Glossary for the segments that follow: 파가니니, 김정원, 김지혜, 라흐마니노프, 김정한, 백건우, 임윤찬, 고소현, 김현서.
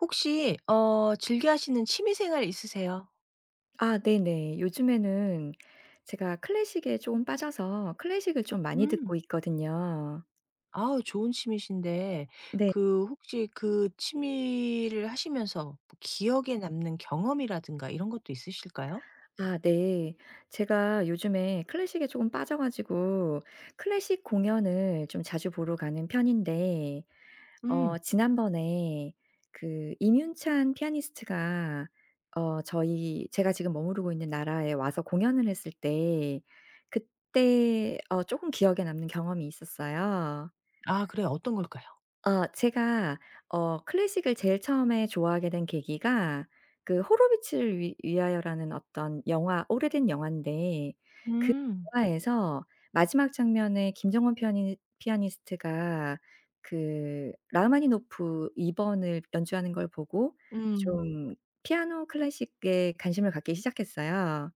혹시 즐겨 하시는 취미 생활 있으세요? 아 네네. 요즘에는 제가 클래식에 조금 빠져서 클래식을 좀 많이 음. 듣고 있거든요. 아우 좋은 취미신데 네. 그 혹시 그 취미를 하시면서 뭐 기억에 남는 경험이라든가 이런 것도 있으실까요? 아 네. 제가 요즘에 클래식에 조금 빠져 가지고 클래식 공연을 좀 자주 보러 가는 편인데, 음. 지난번에 그 임윤찬 피아니스트가, 어 저희 제가 지금 머무르고 있는 나라에 와서 공연을 했을 때, 그때 조금 기억에 남는 경험이 있었어요. 아 그래요. 어떤 걸까요? 제가, 클래식을 제일 처음에 좋아하게 된 계기가, 그 호로비츠를 위 위하여라는 어떤 영화, 오래된 영화인데, 그 음. 영화에서 마지막 장면에 김정원 피아니스트가 그 라흐마니노프 2번 번을 연주하는 걸 보고 음. 좀 피아노 클래식에 관심을 갖기 시작했어요.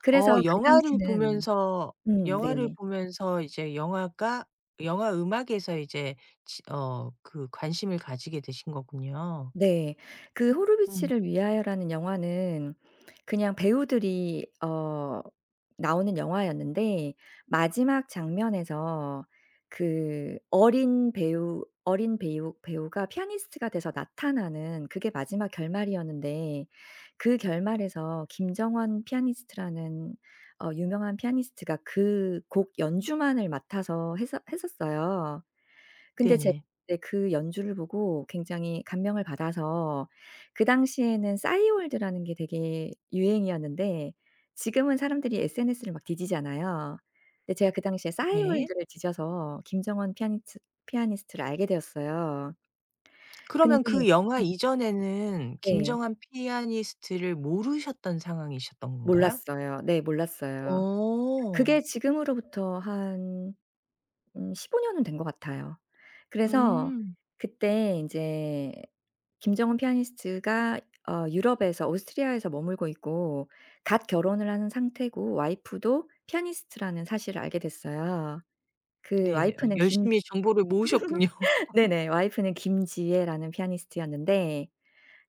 그래서 어 그 영화를 당시는, 보면서 음, 네. 이제 영화 음악에서 이제 치 어 그 관심을 가지게 되신 거군요. 네. 그 호르비치 음. 를 위하여라는 영화는 그냥 배우들이, 나오는 영화였는데, 마지막 장면에서 그 어린 배우가 피아니스트가 돼서 나타나는 그게 마지막 결말이었는데, 그 결말에서 김정원 피아니스트라는 유명한 피아니스트가 그 곡 연주만을 맡아서 했었어요. 근데 제가 네네. 이제 그 연주를 보고 굉장히 감명을 받아서, 그 당시에는 싸이월드라는 게 되게 유행이었는데, 지금은 사람들이 SNS를 막 뒤지잖아요. 근데 제가 그 당시에 네. 싸이월드를 뒤져서 김정원 피아니츠 피아니스트를 알게 되었어요. 그러면 근데, 그 영화 이전에는 네. 김정한 피아니스트를 모르셨던 상황이셨던 건가요? 몰랐어요. 네, 몰랐어요. 어. 그게 지금으로부터 한, 15년 년은 된 것 같아요. 그래서 음. 그때 인제 김정은 피아니스트가 유럽에서, 오스트리아에서 머물고 있고, 갓 결혼을 하는 상태고, 와이프도 피아니스트라는 사실을 알게 됐어요. 그 네. 이제 어 와이프는 김 열심히 정보를 모으셨군요. 네네. 와이프는 김지혜라는 피아니스트였는데,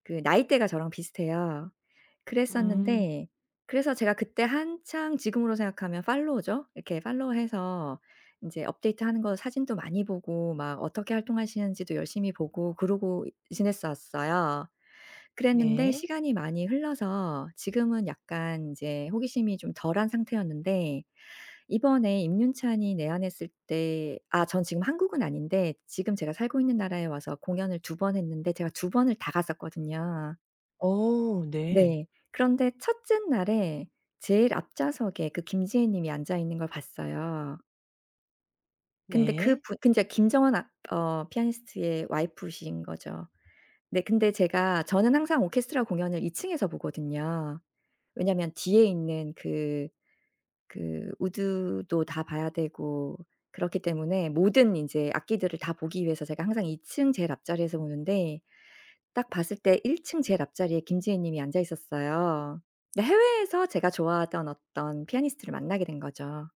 그 나이대가 저랑 비슷해요. 음. 그랬었는데, 그래서 제가 그때 한창, 지금으로 생각하면 팔로우죠. 이렇게 팔로우해서 인제 업데이트하는 거 사진도 많이 보고, 막 어떻게 활동하시는지도 열심히 보고 그러고 지냈었어요. 그랬는데 네. 시간이 많이 흘러서 지금은 약간 인제 호기심이 좀 덜한 상태였는데, 이번에 임윤찬이 내한했을 때, 아 전 지금 한국은 아닌데, 지금 제가 살고 있는 나라에 와서 공연을 2번 했는데, 제가 2번을 다 갔었거든요. 어 네. 네. 그런데 첫째 날에 제일 앞좌석에 그 김지혜 님이 앉아 있는 걸 봤어요. 근데 그 네. 분, 근데 김정원, 피아니스트의 와이프신 거죠. 네, 근데 제가 저는 항상 오케스트라 공연을 2층 층에서 보거든요. 왜냐면 뒤에 있는 그 우드도 다 봐야 되고, 그렇기 때문에 모든 인제 악기들을 다 보기 위해서 제가 항상 2층 제일 앞자리에서 보는데, 딱 봤을 때 1층 제일 앞자리에 김지혜 님이 앉아 있었어요. 근데 해외에서 제가 좋아하던 어떤 피아니스트를 만나게 된 거죠.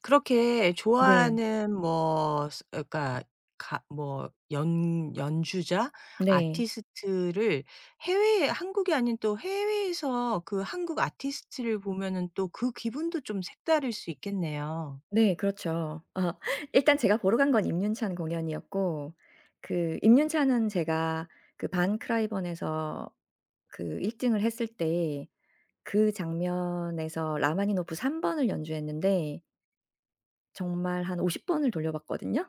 그렇게 네. 좋아하는 뭐 스 그러니까 가 뭐 연 연주자, 네. 아티스트를 해외 한국이 아닌 또 해외에서 그 한국 아티스트를 보면은 또 그 기분도 좀 색다를 수 있겠네요. 네, 그렇죠. 일단 제가 보러 간 건 임윤찬 공연이었고, 그 임윤찬은 제가 그 반 크라이번에서 그 1등 등을 했을 때, 그 장면에서 라마니노프 3번 번을 연주했는데, 정말 한 50번 번을 돌려봤거든요.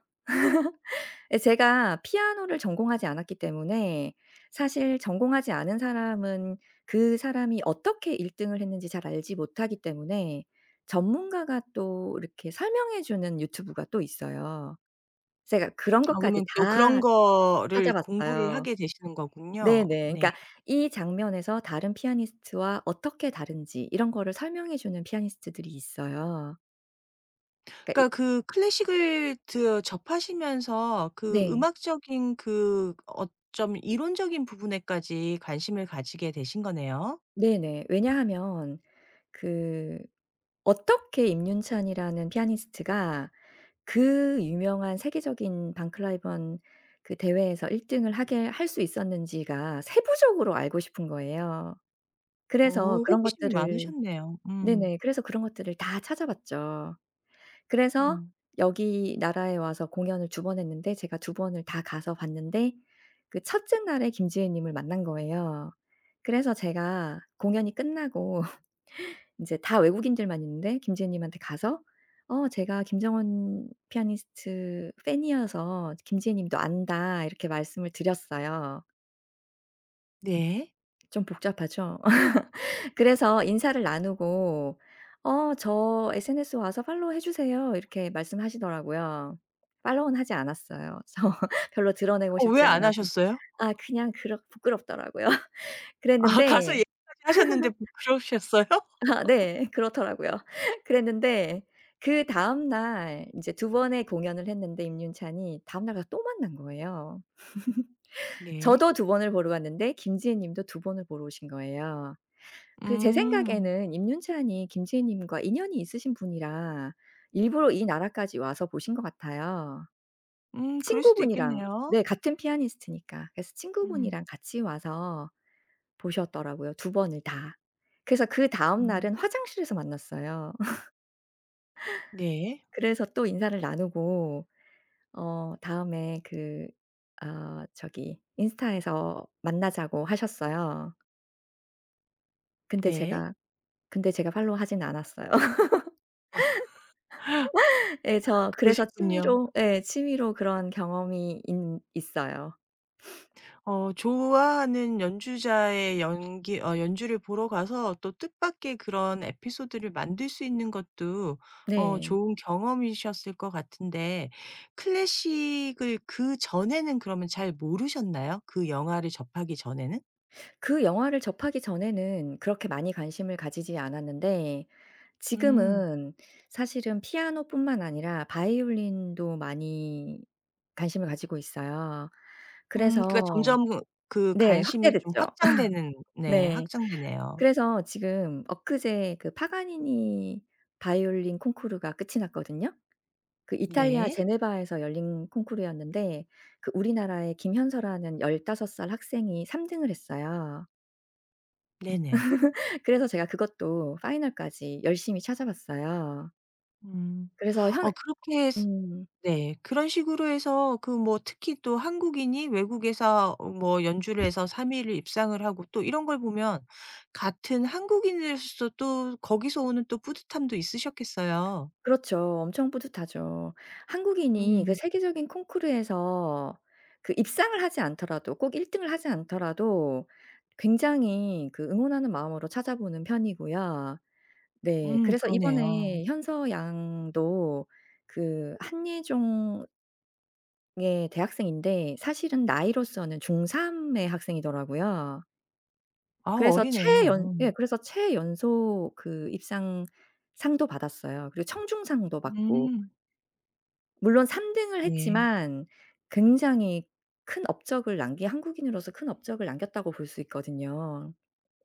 예, 제가 피아노를 전공하지 않았기 때문에, 사실 전공하지 않은 사람은 그 사람이 어떻게 1등 등을 했는지 잘 알지 못하기 때문에, 전문가가 또 이렇게 설명해 주는 유튜브가 또 있어요. 제가 그런 아 것까지 그러면 또 그런 다 거를 공부를 찾아봤어요. 하게 되시는 거군요. 네네. 네. 그러니까 이 장면에서 다른 피아니스트와 어떻게 다른지 이런 거를 설명해 주는 피아니스트들이 있어요. 그러니까 그러니까 이, 그 클래식을 드 접하시면서 그 네. 음악적인 그 어쩜 이론적인 부분에까지 관심을 가지게 되신 거네요. 네네. 왜냐하면, 그, 어떻게 임윤찬이라는 피아니스트가 그 유명한 세계적인 방클라이번 그 대회에서 1등 등을 하게 할 수 있었는지가 세부적으로 알고 싶은 거예요. 어 그래서 그런 호기심이 것들을, 많으셨네요. 음. 네네. 그래서 그런 것들을 다 찾아봤죠. 그래서 음. 여기 나라에 와서 공연을 2번 했는데, 제가 두 번을 다 가서 봤는데, 그 첫째 날에 김지혜 님을 만난 거예요. 그래서 제가 공연이 끝나고 인제 다 외국인들만 있는데 김지혜 님한테 가서, 제가 김정원 피아니스트 팬이어서 김지혜 님도 안다." 이렇게 말씀을 드렸어요. 네. 좀 복잡하죠? 그래서 인사를 나누고, 저 SNS 와서 팔로우 해 주세요." 이렇게 말씀하시더라고요. 팔로우는 하지 않았어요. 저 별로 드러내고 어 왜 싶지 안 않아서. 하셨어요? 아 그냥 그렇 부끄럽더라고요. 아 가서 그랬는데, 얘기까지 하셨는데 부끄러우셨어요? 아 네, 그렇더라고요. 그랬는데 그다음 날 인제 2번의 공연을 했는데, 임윤찬이, 다음 날 가서 또 만난 거예요. 네. 저도 2번을 보러 갔는데, 김지혜 님도 2번을 보러 오신 거예요. 그, 제 음. 생각에는 임윤찬이 김지혜님과 인연이 있으신 분이라 일부러 이 나라까지 와서 보신 것 같아요. 그럴 수도 친구분이랑, 있겠네요. 네, 같은 피아니스트니까. 그래서 음. 친구분이랑 같이 와서 보셨더라고요, 두 번을 다. 그래서 그다음 음. 날은 화장실에서 만났어요. 네. 그래서 또 인사를 나누고 다음에, 그 저기 인스타에서 만나자고 하셨어요. 근데 네. 제가, 팔로우하진 않았어요. 예, 저, 그래서 그러셨군요. 취미로, 예, 취미로 그런 경험이 있 있어요. 어 좋아하는 연주자의 연기 어 연주를 보러 가서 또 뜻밖의 그런 에피소드를 만들 수 있는 것도 어 네. 좋은 경험이셨을 것 같은데 클래식을 그전에는 그러면 잘 모르셨나요? 그 영화를 접하기 전에는? 그 영화를 접하기 전에는 그렇게 많이 관심을 가지지 않았는데, 음. 지금은 사실은 피아노뿐만 아니라 바이올린도 많이 관심을 가지고 있어요. 그러니까 그래서, 점점 그 그 네, 관심이 좀 확대됐죠. 확장되는 네 네. 확장되네요. 그래서 지금, 엊그제 그 파가니니 바이올린 콩쿠르가 끝이 났거든요. 그 이탈리아 네. 제네바에서 열린 콩쿠르였는데, 그 우리나라의 김현서라는 15살 학생이 3등 등을 했어요. 네네. 그래서 제가 그것도 파이널까지 열심히 찾아봤어요. 음. 그래서 현 어 그렇게 음, 네. 그런 식으로 해서 그 뭐 특히 또 한국인이 외국에서 어 뭐 연주를 해서 3 일을 입상을 하고 또 이런 걸 보면 같은 한국인으로서 또 거기서 오는 또 뿌듯함도 있으셨겠어요. 그렇죠. 엄청 뿌듯하죠. 한국인이 그 음. 세계적인 콩쿠르에서 그 입상을 하지 않더라도, 꼭 1등 등을 하지 않더라도 굉장히 그 응원하는 마음으로 찾아보는 편이고요. 네. 그래서 그러네요. 이번에 현서 양도 그 한예종의 대학생인데, 사실은 나이로서는 중3의 학생이더라고요. 아 그래서 어리네요. 최연 음. 예 그래서 최연소 그 입상 상도 받았어요. 그리고 청중상도 받고. 음. 물론 3등 등을 네. 했지만, 굉장히 큰 업적을 남긴, 한국인으로서 큰 업적을 남겼다고 볼 수 있거든요.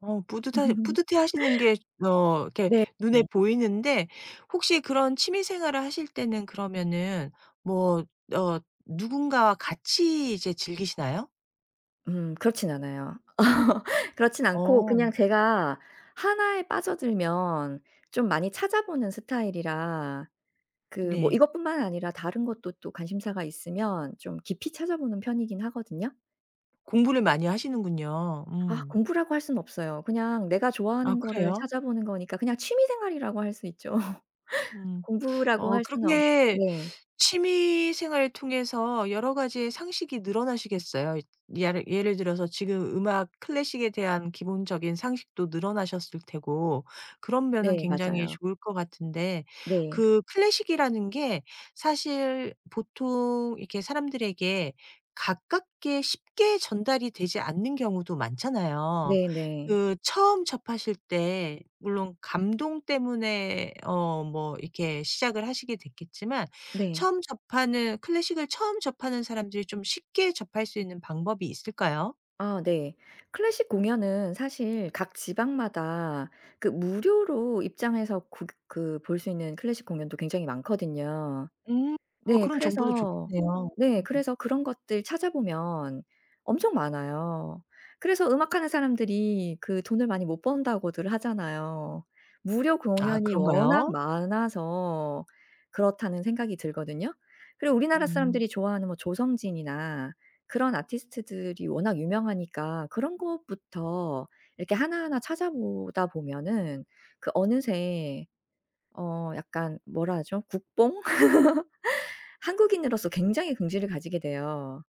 어 뿌듯하 뿌듯해하시는 게 어 이렇게 네. 눈에 네. 보이는데 혹시 그런 취미 생활을 하실 때는 그러면은 뭐 어 누군가와 같이 이제 즐기시나요? 그렇진 않아요. 그렇진 않고, 어 그냥 제가 하나에 빠져들면 좀 많이 찾아보는 스타일이라, 그 뭐 네. 이것뿐만 아니라 다른 것도 또 관심사가 있으면 좀 깊이 찾아보는 편이긴 하거든요. 공부를 많이 하시는군요. 아 음. 공부라고 할 수는 없어요. 그냥 내가 아 좋아하는 거를 그래요? 찾아보는 거니까 그냥 취미 생활이라고 할 수 있죠. 음. 공부라고 어 할 수는 없, 그렇게 네. 취미 생활을 통해서 여러 가지의 상식이 늘어나시겠어요. 예를 들어서 지금 음악 클래식에 대한 기본적인 상식도 늘어나셨을 테고 그런 면은 네, 굉장히 맞아요. 좋을 것 같은데 네. 그 클래식이라는 게 사실 보통 이렇게 사람들에게 가깝게 쉽게 전달이 되지 않는 경우도 많잖아요. 네네. 네. 그 처음 접하실 때 물론 감동 때문에 어 뭐 이렇게 시작을 하시게 됐겠지만 네. 처음 접하는 클래식을 처음 접하는 사람들이 좀 쉽게 접할 수 있는 방법이 있을까요? 아 네. 클래식 공연은 사실 각 지방마다 그 무료로 입장해서 그 볼 수 있는 클래식 공연도 굉장히 많거든요. 음. 어 네. 그런 정보도 그래서, 좋겠네요. 네. 음. 그래서 그런 것들 찾아보면 엄청 많아요. 그래서 음악하는 사람들이 그 돈을 많이 못 번다고들 하잖아요. 무료 아 공연이 워낙 그런가요? 많아서 그렇다는 생각이 들거든요. 그리고 우리나라 음. 사람들이 좋아하는 뭐 조성진이나 그런 아티스트들이 워낙 유명하니까 그런 것부터 이렇게 하나하나 찾아보다 보면은 그 어느새, 약간, 뭐라 하죠? 국뽕? 한국인으로서 굉장히 긍지를 가지게 돼요.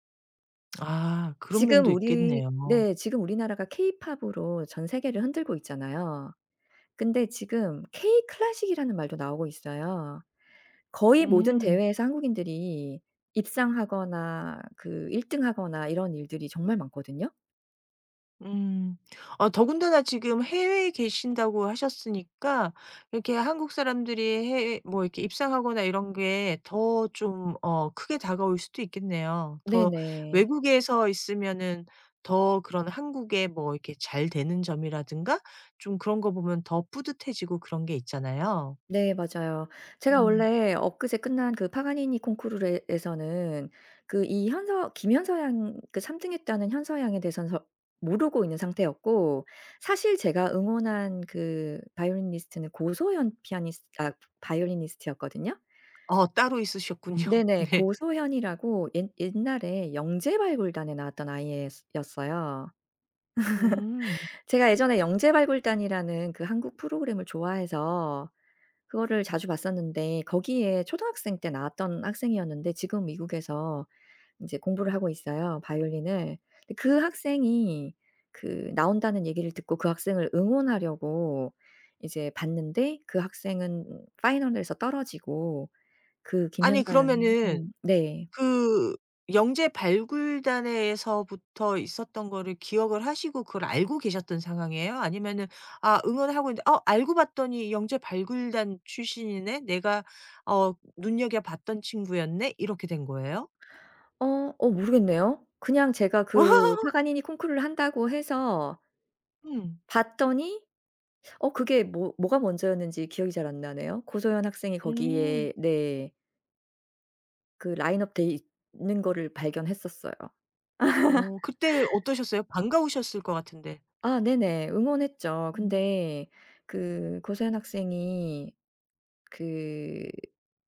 아 그런 지금 면도 우리 있겠네요. 네, 지금 우리나라가 케이팝으로 전 세계를 흔들고 있잖아요. 근데 지금 K 클래식이라는 말도 나오고 있어요. 거의 모든 음. 대회에서 한국인들이 입상하거나 그 1등 등 하거나 이런 일들이 정말 많거든요. 음. 아 더군다나 지금 해외에 계신다고 하셨으니까 이렇게 한국 사람들이 해외 뭐 이렇게 입상하거나 이런 게 더 좀 어 크게 다가올 수도 있겠네요. 더 네네. 외국에서 있으면은 더 그런 한국의 뭐 이렇게 잘 되는 점이라든가 좀 그런 거 보면 더 뿌듯해지고 그런 게 있잖아요. 네, 맞아요. 제가 음. 원래 엊그제 끝난 그 파가니니 콩쿠르에서는 그 이 현서 김현서 양, 그 3 등했다는 현서 양에 대해서는 저 모르고 있는 상태였고, 사실 제가 응원한 그 바이올리니스트는 고소현 피아니스 아 바이올리니스트였거든요. 어 따로 있으셨군요. 네네. 네. 고소현이라고 옛 옛날에 영재발굴단에 나왔던 아이였 였어요. 음. 제가 예전에 영재발굴단이라는 그 한국 프로그램을 좋아해서 그거를 자주 봤었는데, 거기에 초등학생 때 나왔던 학생이었는데, 지금 미국에서 인제 공부를 하고 있어요, 바이올린을. 근데 그 학생이 그 나온다는 얘기를 듣고 그 학생을 응원하려고 이제 봤는데, 그 학생은 파이널에서 떨어지고 그 아니 김현서양이, 그러면은 음, 네. 그 영재 발굴단에서부터 있었던 거를 기억을 하시고 그걸 알고 계셨던 상황이에요? 아니면은 아 응원하고 있는데 '어 알고 봤더니 영재 발굴단 출신이네. 내가 어 눈여겨 봤던 친구였네.' 이렇게 된 거예요? 모르겠네요. 그냥 제가 그 파가니니 콩쿠르를 한다고 해서 음. 봤더니 그게 뭐가 먼저였는지 기억이 잘 안 나네요. 고소연 학생이 음. 거기에, 네, 그 라인업 돼 있는 거를 발견했었어요. 어 그때 어떠셨어요? 반가우셨을 것 같은데. 아 네네. 응원했죠. 음. 근데 그 고소현 학생이 그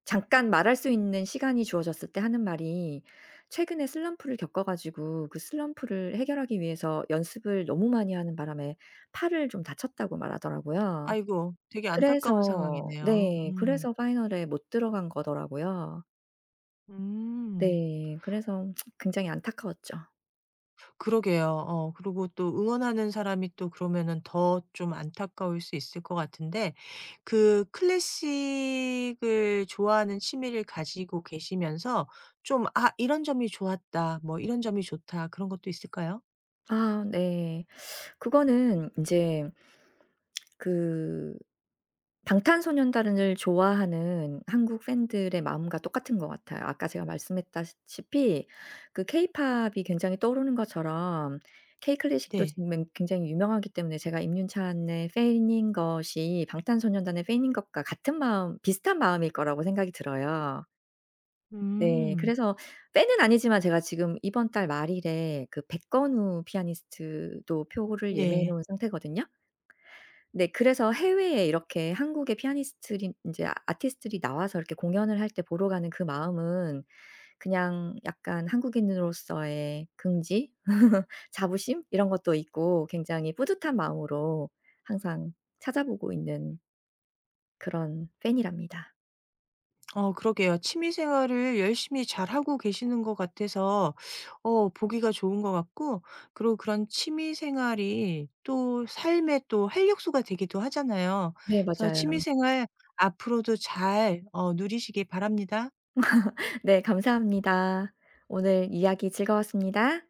잠깐 말할 수 있는 시간이 주어졌을 때 하는 말이, 최근에 슬럼프를 겪어 가지고 그 슬럼프를 해결하기 위해서 연습을 너무 많이 하는 바람에 팔을 좀 다쳤다고 말하더라고요. 아이고 되게 안타까운 그래서, 상황이네요. 네. 음. 그래서 파이널에 못 들어간 거더라고요. 음. 네. 그래서 굉장히 안타까웠죠. 그러게요. 어 그리고 또 응원하는 사람이 또 그러면은 더 좀 안타까울 수 있을 것 같은데 그 클래식을 좋아하는 취미를 가지고 계시면서 좀 '아 이런 점이 좋았다.' 뭐 '이런 점이 좋다.' 그런 것도 있을까요? 아 네. 그거는 인제 그 방탄소년단을 좋아하는 한국 팬들의 마음과 똑같은 것 같아요. 아까 제가 말씀했다시피 그 케이팝이 굉장히 떠오르는 것처럼, K-클래식도 네. 지금 맹 굉장히 유명하기 때문에, 제가 임윤찬의 팬인 것이 방탄소년단의 팬인 것과 같은 마음 비슷한 마음일 거라고 생각이 들어요. 네. 음. 그래서 팬은 아니지만 제가 지금 이번 달 말일에 그 백건우 피아니스트도 표를 예매해 네. 놓은 상태거든요. 네. 그래서 해외에 이렇게 한국의 피아니스트리 인제 아 아티스트들이 나와서 이렇게 공연을 할 때 보러 가는 그 마음은, 그냥 약간 한국인으로서의 긍지, 자부심 이런 것도 있고, 굉장히 뿌듯한 마음으로 항상 찾아보고 있는 그런 팬이랍니다. 어 그러게요. 취미 생활을 열심히 잘하고 계시는 것 같아서 어 보기가 좋은 것 같고 그리고 그런 취미 생활이 또 삶의 또 활력소가 되기도 하잖아요. 네, 그래서 취미 맞아요. 생활 앞으로도 잘 어 누리시길 바랍니다. 네, 감사합니다. 오늘 이야기 즐거웠습니다.